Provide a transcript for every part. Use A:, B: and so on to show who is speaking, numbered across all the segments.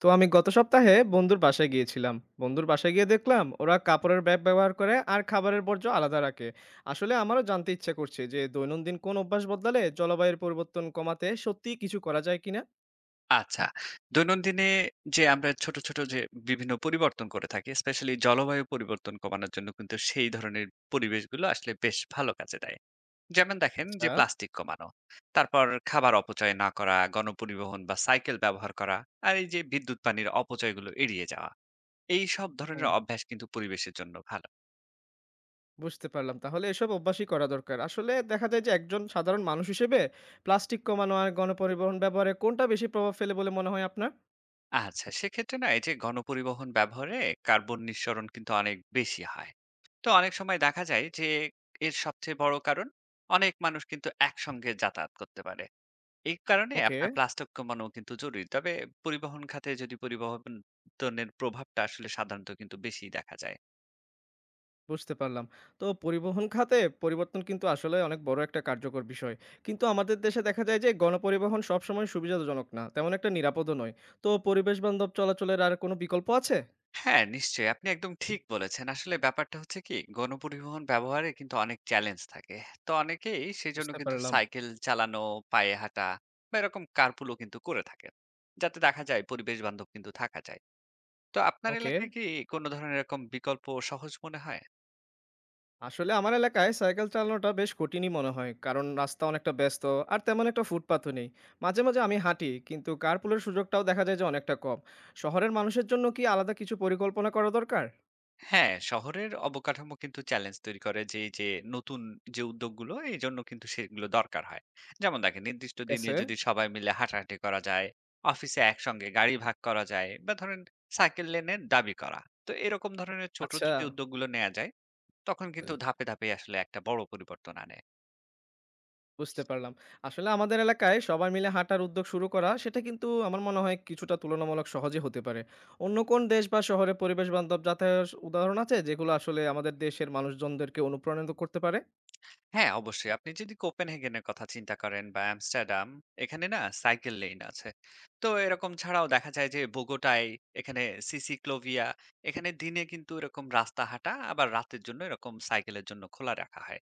A: তো আমি গত সপ্তাহে বন্ধুর বাসায় গিয়েছিলাম। বন্ধুর বাসায় গিয়ে দেখলাম ওরা কাপড়ের ব্যাগ ব্যবহার করে আর খাবারের বর্জ্য আলাদা রাখে। আসলে আমারও জানতে ইচ্ছে করছে যে দৈনন্দিন কোন অভ্যাস বদলালে জলবায়ুর পরিবর্তন কমাতে সত্যি কিছু করা যায় কিনা।
B: আচ্ছা। দৈনন্দিনে যে আমরা ছোট যে বিভিন্ন পরিবর্তন করে থাকি, স্পেশালি জলবায়ু পরিবর্তন কমানোর জন্য কিন্তু সেই ধরনের পরিবেশগুলো আসলে বেশ ভালো কাজে দেয়। যেমন দেখেন যে
A: আচ্ছা।
B: প্লাস্টিক কমানো, তারপর খাবার অপচয় না করা, গণপরিবহন বা সাইকেল ব্যবহার করা, আর এই যে বিদ্যুৎ পানির অপচয়গুলো এড়িয়ে যাওয়া। এই সব ধরনের
A: হুম,
B: অভ্যাস কিন্তু পরিবেশের জন্য ভালো।
A: বুঝতে পারলাম। তাহলে এসব অভ্যাসই করা দরকার। আসলে দেখা যায় যে একজন সাধারণ মানুষ হিসেবে প্লাস্টিক কমানো আর গণপরিবহন ব্যবহারে কোনটা বেশি প্রভাব ফেলে বলে মনে হয় আপনার?
B: আচ্ছা, সেক্ষেত্রে না এই যে গণপরিবহন ব্যবহারে কার্বন নিঃসরণ কিন্তু অনেক বেশি হয়। তো অনেক সময় দেখা যায় যে এর সবচেয়ে বড় কারণ অনেক মানুষ কিন্তু একসঙ্গে যাতায়াত করতে পারে। এই কারণে
A: ওকে,
B: আপনার প্লাস্টিক কমানো কিন্তু জরুরি। তবে পরিবহন খাতে যদি পরিবহনের প্রভাবটা আসলে সাধারণত কিন্তু বেশি দেখা যায়।
A: বুঝতে পারলাম। তো পরিবহন খাতে পরিবর্তন কিন্তু আসলে অনেক বড় একটা কার্যকর বিষয়। কিন্তু আমাদের দেশে দেখা যায় যে গণপরিবহন সবসময় সুবিধাজনক না। তেমন একটা নিরাপদও নয়। তো পরিবেশ বান্ধব চলাচলের আর কোনো বিকল্প আছে?
B: হ্যাঁ, নিশ্চয়ই। আপনি একদম ঠিক বলেছেন। আসলে ব্যাপারটা হচ্ছে কি, গণপরিবহন ব্যবহারে কিন্তু অনেক চ্যালেঞ্জ থাকে। তো অনেকেই সেজন্য
A: বুঝতে
B: কিন্তু
A: পারলাম।
B: সাইকেল চালানো, পায়ে হাঁটা বা এরকম কারপুলও কিন্তু করে থাকে। যাতে দেখা যায় পরিবেশ বান্ধব কিন্তু থাকা যায়। তো আপনার
A: ওকে।
B: এলাকায় কি কোন ধরনের এরকম বিকল্প সহজ মনে হয়?
A: আসলে আমার এলাকায় সাইকেল চালানোটা বেশ কঠিনই মনে হয়। কারণ রাস্তা অনেকটা ব্যস্ত আর তেমন একটা ফুটপাথও নেই। মাঝে, মাঝে আমি হাঁটি কিন্তু কারপুলের সুযোগটাও দেখা যায় যে অনেকটা কম। শহরের মানুষের জন্য কি আলাদা কিছু পরিকল্পনা করা দরকার?
B: হ্যাঁ, শহরের অবকাঠামো কিন্তু চ্যালেঞ্জ তৈরি করে যে এই যে নতুন যে উদ্যোগগুলো এজন্য কিন্তু সেগুলো দরকার হয়। যেমন দেখেন নির্দিষ্ট
A: ঠিক
B: দিনে
A: আছে।
B: যদি সবাই মিলে হাঁটাহাঁটি করা যায়, অফিসে একসঙ্গে গাড়ি ভাগ করা যায় বা ধরেন সাইকেল লেনের দাবি করা। তো এরকম ধরনের ছোট
A: আচ্ছা।
B: যদি উদ্যোগগুলো নেওয়া যায় তখন কিন্তু ধাপে আসলে একটা বড় পরিবর্তন আনে।
A: বুঝতে পারলাম। আসলে আমাদের এলাকায় সবাই মিলে হাঁটার উদ্যোগ শুরু করা, সেটা কিন্তু আমার মনে হয় কিছুটা তুলনামূলক সহজে হতে পারে। অন্য কোন দেশ বা শহরে পরিবেশ বান্ধব যাতায়াতের উদাহরণ আছে, যেগুলো আসলে আমাদের দেশের মানুষজনদেরকে অনুপ্রাণিত করতে পারে?
B: হ্যাঁ, অবশ্যই। আপনি যদি কোপেনহেগেন এর কথা চিন্তা করেন বা আমস্টারডাম, এখানে না সাইকেল লেইন আছে। তো এরকম ছাড়াও দেখা যায় যে বোগোটায়, এখানে সিসিক্লোভিয়া, এখানে দিনে কিন্তু এরকম রাস্তা হাঁটা আবার রাতের জন্য এরকম সাইকেলের জন্য খোলা রাখা হয়।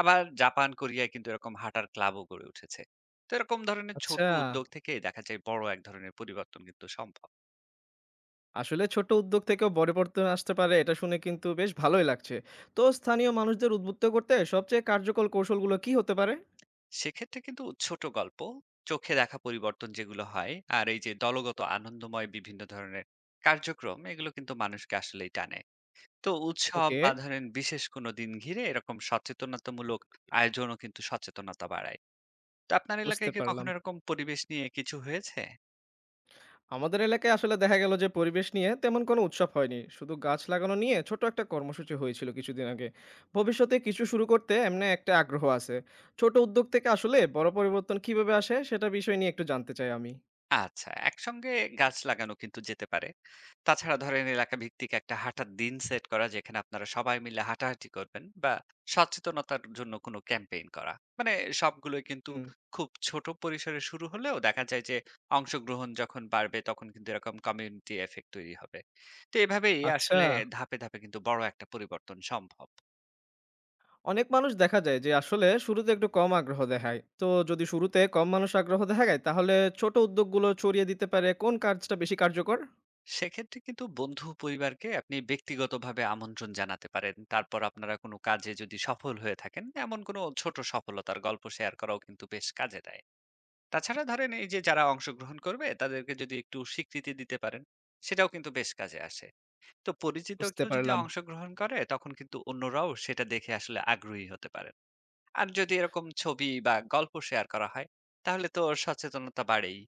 B: আবার জাপান, কোরিয়ায় কিন্তু এরকম হাঁটার ক্লাবও গড়ে উঠেছে। তো এরকম ধরনের ছোট
A: আচ্ছা,
B: উদ্যোগ থেকেই দেখা যায় বড় এক ধরনের পরিবর্তন কিন্তু সম্ভব।
A: আসলে ছোট উদ্যোগ থেকেও বড় পরিবর্তন আসতে পারে, এটা শুনে কিন্তু বেশ ভালোই লাগছে। তো স্থানীয় মানুষদের উদ্বুদ্ধ করতে সবচেয়ে কার্যকর কৌশলগুলো কি হতে পারে?
B: সেক্ষেত্রে কিন্তু ছোট গল্প, চোখে দেখা পরিবর্তন যেগুলো হয় আর এই যে দলগত আনন্দময় বিভিন্ন ধরনের কার্যক্রম, এগুলো কিন্তু মানুষকে আসলেই টানে। তো উৎসব
A: ওকে,
B: বা ধরেন বিশেষ কোনো দিন ঘিরে এরকম সচেতনতামূলক আয়োজনও কিন্তু সচেতনতা বাড়ায়। তো আপনার
A: বুঝতে
B: এলাকায় কি কখনো
A: পারলাম।
B: এরকম পরিবেশ নিয়ে কিছু হয়েছে?
A: আমাদের এলাকায় আসলে দেখা গেল যে পরিবেশ নিয়ে তেমন কোনো উৎসব হয়নি, শুধু গাছ লাগানো নিয়ে ছোট একটা কর্মসূচি হয়েছিল কিছুদিন আগে। ভবিষ্যতে কিছু শুরু করতে এমনি একটা আগ্রহ আছে। ছোট উদ্যোগ থেকে আসলে বড় পরিবর্তন কিভাবে আসে সেটা বিষয় নিয়ে একটু জানতে চাই আমি।
B: আচ্ছা, একসঙ্গে গাছ লাগানো কিন্তু যেতে পারে। তাছাড়া ধরেন এলাকা ভিত্তিক একটা হাঁটার দিন সেট করা, যেখানে আপনারা সবাই মিলে হাঁটাহাঁটি করবেন বা সচেতনতার জন্য কোনো ক্যাম্পেইন করা। মানে সবগুলোই কিন্তু
A: হুম।
B: খুব ছোট পরিসরে শুরু হলেও দেখা যায় যে অংশগ্রহণ যখন বাড়বে তখন কিন্তু এরকম কমিউনিটি এফেক্ট তৈরি হবে। তো এভাবেই
A: আচ্ছা।
B: আসলে ধাপে কিন্তু বড় একটা পরিবর্তন সম্ভব।
A: অনেক মানুষ দেখা যায় যে আসলে শুরুতে একটু কম আগ্রহ দেখায়। তো যদি শুরুতে কম মানুষ আগ্রহ দেখায় তাহলে ছোট উদ্যোগগুলো ছড়িয়ে দিতে পারে কোন কাজটা বেশি কার্যকর?
B: সেক্ষেত্রে কিন্তু বন্ধু পরিবারকে আপনি ব্যক্তিগতভাবে আমন্ত্রণ জানাতে পারেন, তারপর আপনারা কোনো কাজে যদি সফল হয়ে থাকেন এমন কোনো ছোট সফলতার গল্প শেয়ার করাও কিন্তু বেশ কাজে দেয়। তাছাড়া ধরেন এই যে যারা অংশগ্রহণ করবে তাদেরকে যদি একটু স্বীকৃতি দিতে পারেন, সেটাও কিন্তু বেশ কাজে আসে। তো পরিচিত
A: বুঝতে
B: কেউ যদি
A: পারলাম।
B: অংশগ্রহণ করে তখন কিন্তু অন্যরাও সেটা দেখে আসলে আগ্রহী হতে পারেন। আর যদি এরকম ছবি বা গল্প শেয়ার করা হয় তাহলে তো সচেতনতা বাড়েই।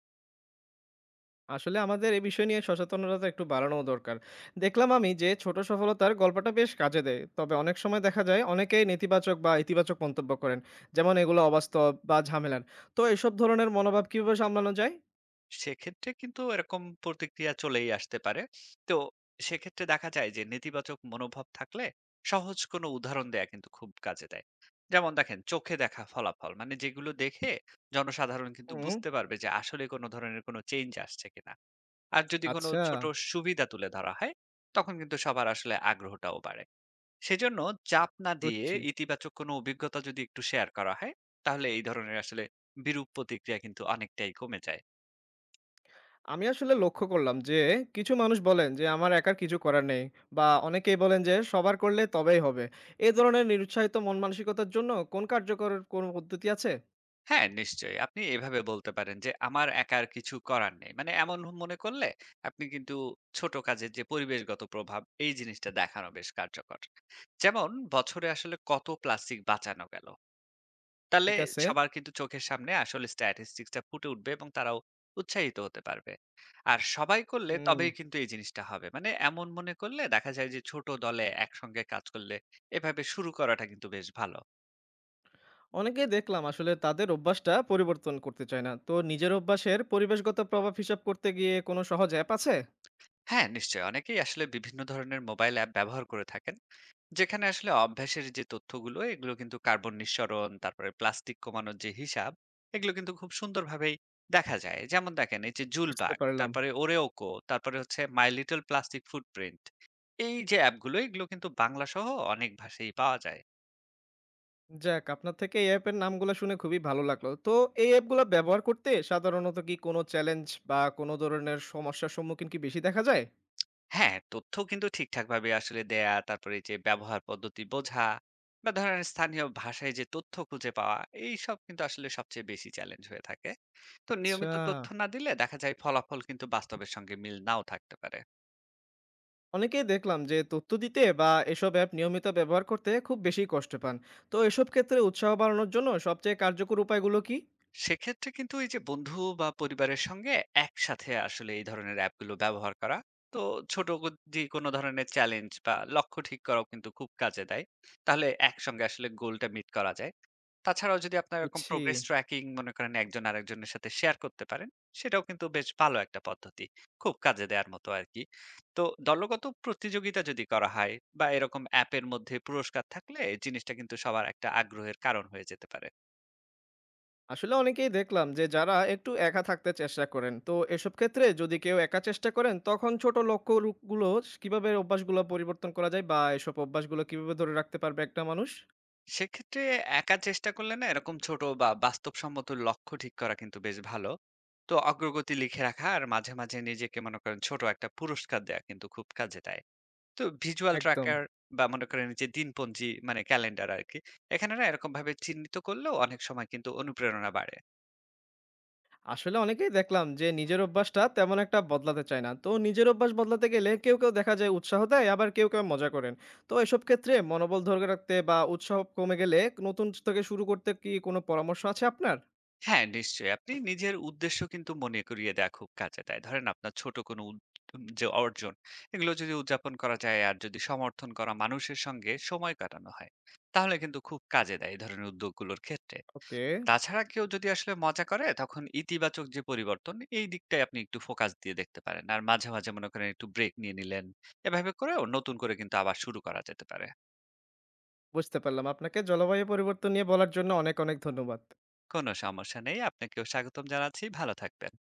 A: আসলে আমাদের এ বিষয় নিয়ে সচেতনতা একটু বাড়ানো দরকার। দেখলাম আমি যে ছোট সফলতার গল্পটা বেশ কাজে দেয়। তবে অনেক সময় দেখা যায় অনেকেই নেতিবাচক বা ইতিবাচক মন্তব্য করেন। যেমন এগুলো অবাস্তব বা ঝামেলার। তো এসব ধরনের মনোভাব কিভাবে সামলানো যায়?
B: সেক্ষেত্রে কিন্তু এরকম প্রতিক্রিয়া চলেই আসতে পারে। তো সেক্ষেত্রে দেখা যায় যে নেতিবাচক মনোভাব থাকলে সহজ কোনো উদাহরণ দেয়া কিন্তু খুব কাজে দেয়। যেমন দেখেন চোখে দেখা ফলাফল মানে যেগুলো দেখে জনসাধারণ কিন্তু
A: হুম।
B: বুঝতে পারবে যে আসলে কোনো ধরনের কোনো চেঞ্জ আসছে কিনা। আর যদি কোনো
A: আচ্ছা।
B: ছোট সুবিধা তুলে ধরা হয় তখন কিন্তু সবার আসলে আগ্রহটাও বাড়ে। সেজন্য চাপ না দিয়ে
A: বুঝছি।
B: ইতিবাচক কোনো অভিজ্ঞতা যদি একটু শেয়ার করা হয় তাহলে এই ধরনের আসলে বিরূপ প্রতিক্রিয়া কিন্তু অনেকটাই কমে যায়।
A: আমি আসলে লক্ষ্য করলাম যে কিছু মানুষ বলেন যে আমার একার কিছু করার নেই, বা অনেকেই বলেন যে সবার করলে তবেই হবে। এই ধরনের নিরুৎসাহিত মন মানসিকতার জন্য কোন কার্যকর কোন পদ্ধতি আছে?
B: হ্যাঁ, নিশ্চয়ই। আপনি এভাবে বলতে পারেন যে, "আমার একার কিছু করার নেই।" মানে এমন মনে করলে আপনি কিন্তু ছোট কাজের যে পরিবেশগত প্রভাব, এই জিনিসটা দেখানো বেশ কার্যকর। যেমন বছরে আসলে কত প্লাস্টিক বাঁচানো গেল। তাহলে
A: ঠিক আছে।
B: সবার কিন্তু চোখের সামনে আসলে স্ট্যাটিস্টিক্স টা ফুটে উঠবে এবং তারাও উৎসাহিত হতে পারবে। আর সবাই করলে
A: হুম।
B: তবেই কিন্তু এই জিনিসটা হবে। মানে এমন মনে করলে দেখা যায় যে ছোট দলে একসঙ্গে কাজ করলে এভাবে শুরু করাটা কিন্তু বেশ ভালো।
A: অনেকেই দেখলাম আসলে তাদের অভ্যাসটা পরিবর্তন করতে চায় না। তো নিজের অভ্যাসের পরিবেশগত প্রভাব হিসাব করতে গিয়ে কোনো সহজ অ্যাপ আছে?
B: হ্যাঁ, নিশ্চয়ই। অনেকেই আসলে বিভিন্ন ধরনের মোবাইল অ্যাপ ব্যবহার করে থাকেন। যেখানে আসলে অভ্যাসের যে তথ্যগুলো, এগুলো কিন্তু কার্বন নিঃসরণ, তারপরে প্লাস্টিক কমানোর যে হিসাব, এগুলো কিন্তু খুব সুন্দরভাবেই দেখা যায়। যেমন দেখেন এই যে
A: বুঝতে
B: জুলবাগ,
A: পারলাম।
B: তারপরে ওরেওকো, তারপরে হচ্ছে মাই লিটল প্লাস্টিক ফুটপ্রিন্ট। এই যে অ্যাপগুলো, এগুলো কিন্তু বাংলা সহ অনেক ভাষায়ই পাওয়া যায়।
A: যাক, আপনার থেকে এই অ্যাপের নামগুলো শুনে খুবই ভালো লাগলো। তো এই অ্যাপগুলো ব্যবহার করতে সাধারণত কি কোনো চ্যালেঞ্জ বা কোনো ধরনের সমস্যার সম্মুখীন কি বেশি দেখা যায়?
B: হ্যাঁ, তথ্য কিন্তু ঠিকঠাকভাবে আসলে দেয়া, তারপরে যে ব্যবহার পদ্ধতি বোঝা বা ধরেন স্থানীয় ভাষায় যে তথ্য খুঁজে পাওয়া, এইসব কিন্তু আসলে সবচেয়ে বেশি চ্যালেঞ্জ হয়ে থাকে। তো
A: আচ্ছা।
B: নিয়মিত তথ্য না দিলে দেখা যায় ফলাফল কিন্তু বাস্তবের সঙ্গে মিল নাও থাকতে পারে।
A: অনেকেই দেখলাম যে তথ্য দিতে বা এসব অ্যাপ নিয়মিত ব্যবহার করতে খুব বেশি কষ্ট পান। তো এসব ক্ষেত্রে উৎসাহ বাড়ানোর জন্য সবচেয়ে কার্যকর উপায়গুলো কি?
B: সেক্ষেত্রে কিন্তু এই যে বন্ধু বা পরিবারের সঙ্গে একসাথে আসলে এই ধরনের অ্যাপগুলো ব্যবহার করা, তো ছোট কো যে কোনো ধরনের চ্যালেঞ্জ বা লক্ষ্য ঠিক করাও কিন্তু খুব কাজে দেয়। তাহলে একসঙ্গে আসলে গোলটা মিট করা যায়। তাছাড়াও যদি আপনার এরকম
A: বুঝছি।
B: প্রোগ্রেস ট্র্যাকিং মনে করেন একজন আরেকজনের সাথে শেয়ার করতে পারেন, সেটাও কিন্তু বেশ ভালো একটা পদ্ধতি। খুব কাজে দেয়ার মতো আরকি। তো দলগত প্রতিযোগিতা যদি করা হয় বা এরকম অ্যাপের মধ্যে পুরস্কার থাকলে জিনিসটা কিন্তু সবার একটা আগ্রহের কারণ হয়ে যেতে পারে।
A: আসলে অনেকেই দেখলাম যে যারা একটু একা থাকতে চেষ্টা করেন, তো এসব ক্ষেত্রে যদি কেউ একা চেষ্টা করেন তখন ছোট লক্ষ্যগুলো কিভাবে অভ্যাসগুলো পরিবর্তন করা যায় বা এসব অভ্যাসগুলো কিভাবে ধরে রাখতে পারবে একটা মানুষ?
B: সেক্ষেত্রে একা চেষ্টা করলে না এরকম ছোট বা বাস্তবসম্মত লক্ষ্য ঠিক করা কিন্তু বেশ ভালো। তো অগ্রগতি লিখে রাখা আর মাঝে নিজেকে মনে করেন ছোট একটা পুরস্কার দেয়া কিন্তু খুব কাজে দেয়। তো ভিজুয়াল
A: একদম।
B: ট্র্যাকার বা মনে করেন যে দিনপঞ্জি মানে ক্যালেন্ডার আরকি। এখানে না এরকম ভাবে চিহ্নিত করলেও অনেক সময় কিন্তু অনুপ্রেরণা বাড়ে।
A: আসলে অনেকেই দেখলাম যে নিজের অভ্যাসটা তেমন একটা বদলাতে চায় না। তো নিজের অভ্যাস বদলাতে গেলে কেউ কেউ দেখা যায় উৎসাহ দেয় আবার কেউ কেউ মজা করেন। তো এসব ক্ষেত্রে মনোবল ধরে রাখতে বা উৎসাহ কমে গেলে নতুন থেকে শুরু করতে কি কোনো পরামর্শ আছে আপনার?
B: হ্যাঁ, নিশ্চয়ই। আপনি নিজের উদ্দেশ্য কিন্তু মনে করিয়ে দেয়া খুব কাজে দেয়। ধরেন আপনার ছোট কোনো যে অর্জন, এগুলো যদি উদযাপন করা যায় আর যদি সমর্থন করা মানুষের সঙ্গে সময় কাটানো হয়, তাহলে কিন্তু খুব কাজে দেয় এই ধরনের উদ্যোগগুলোর ক্ষেত্রে।
A: ওকে,
B: তাছাড়া কেউ যদি আসলে মজা করে তখন ইতিবাচক যে পরিবর্তন এই দিকটায় আপনি একটু ফোকাস দিয়ে দেখতে পারেন আর মাঝে মাঝে মনে করেন একটু ব্রেক নিয়ে নিলেন। এভাবে করেও নতুন করে কিন্তু আবার শুরু করা যেতে পারে।
A: বুঝতে পারলাম। আপনাকে জলবায়ু পরিবর্তন নিয়ে বলার জন্য অনেক, অনেক ধন্যবাদ।
B: কোনো সমস্যা নেই। আপনাকেও স্বাগতম জানাচ্ছি। ভালো থাকবেন।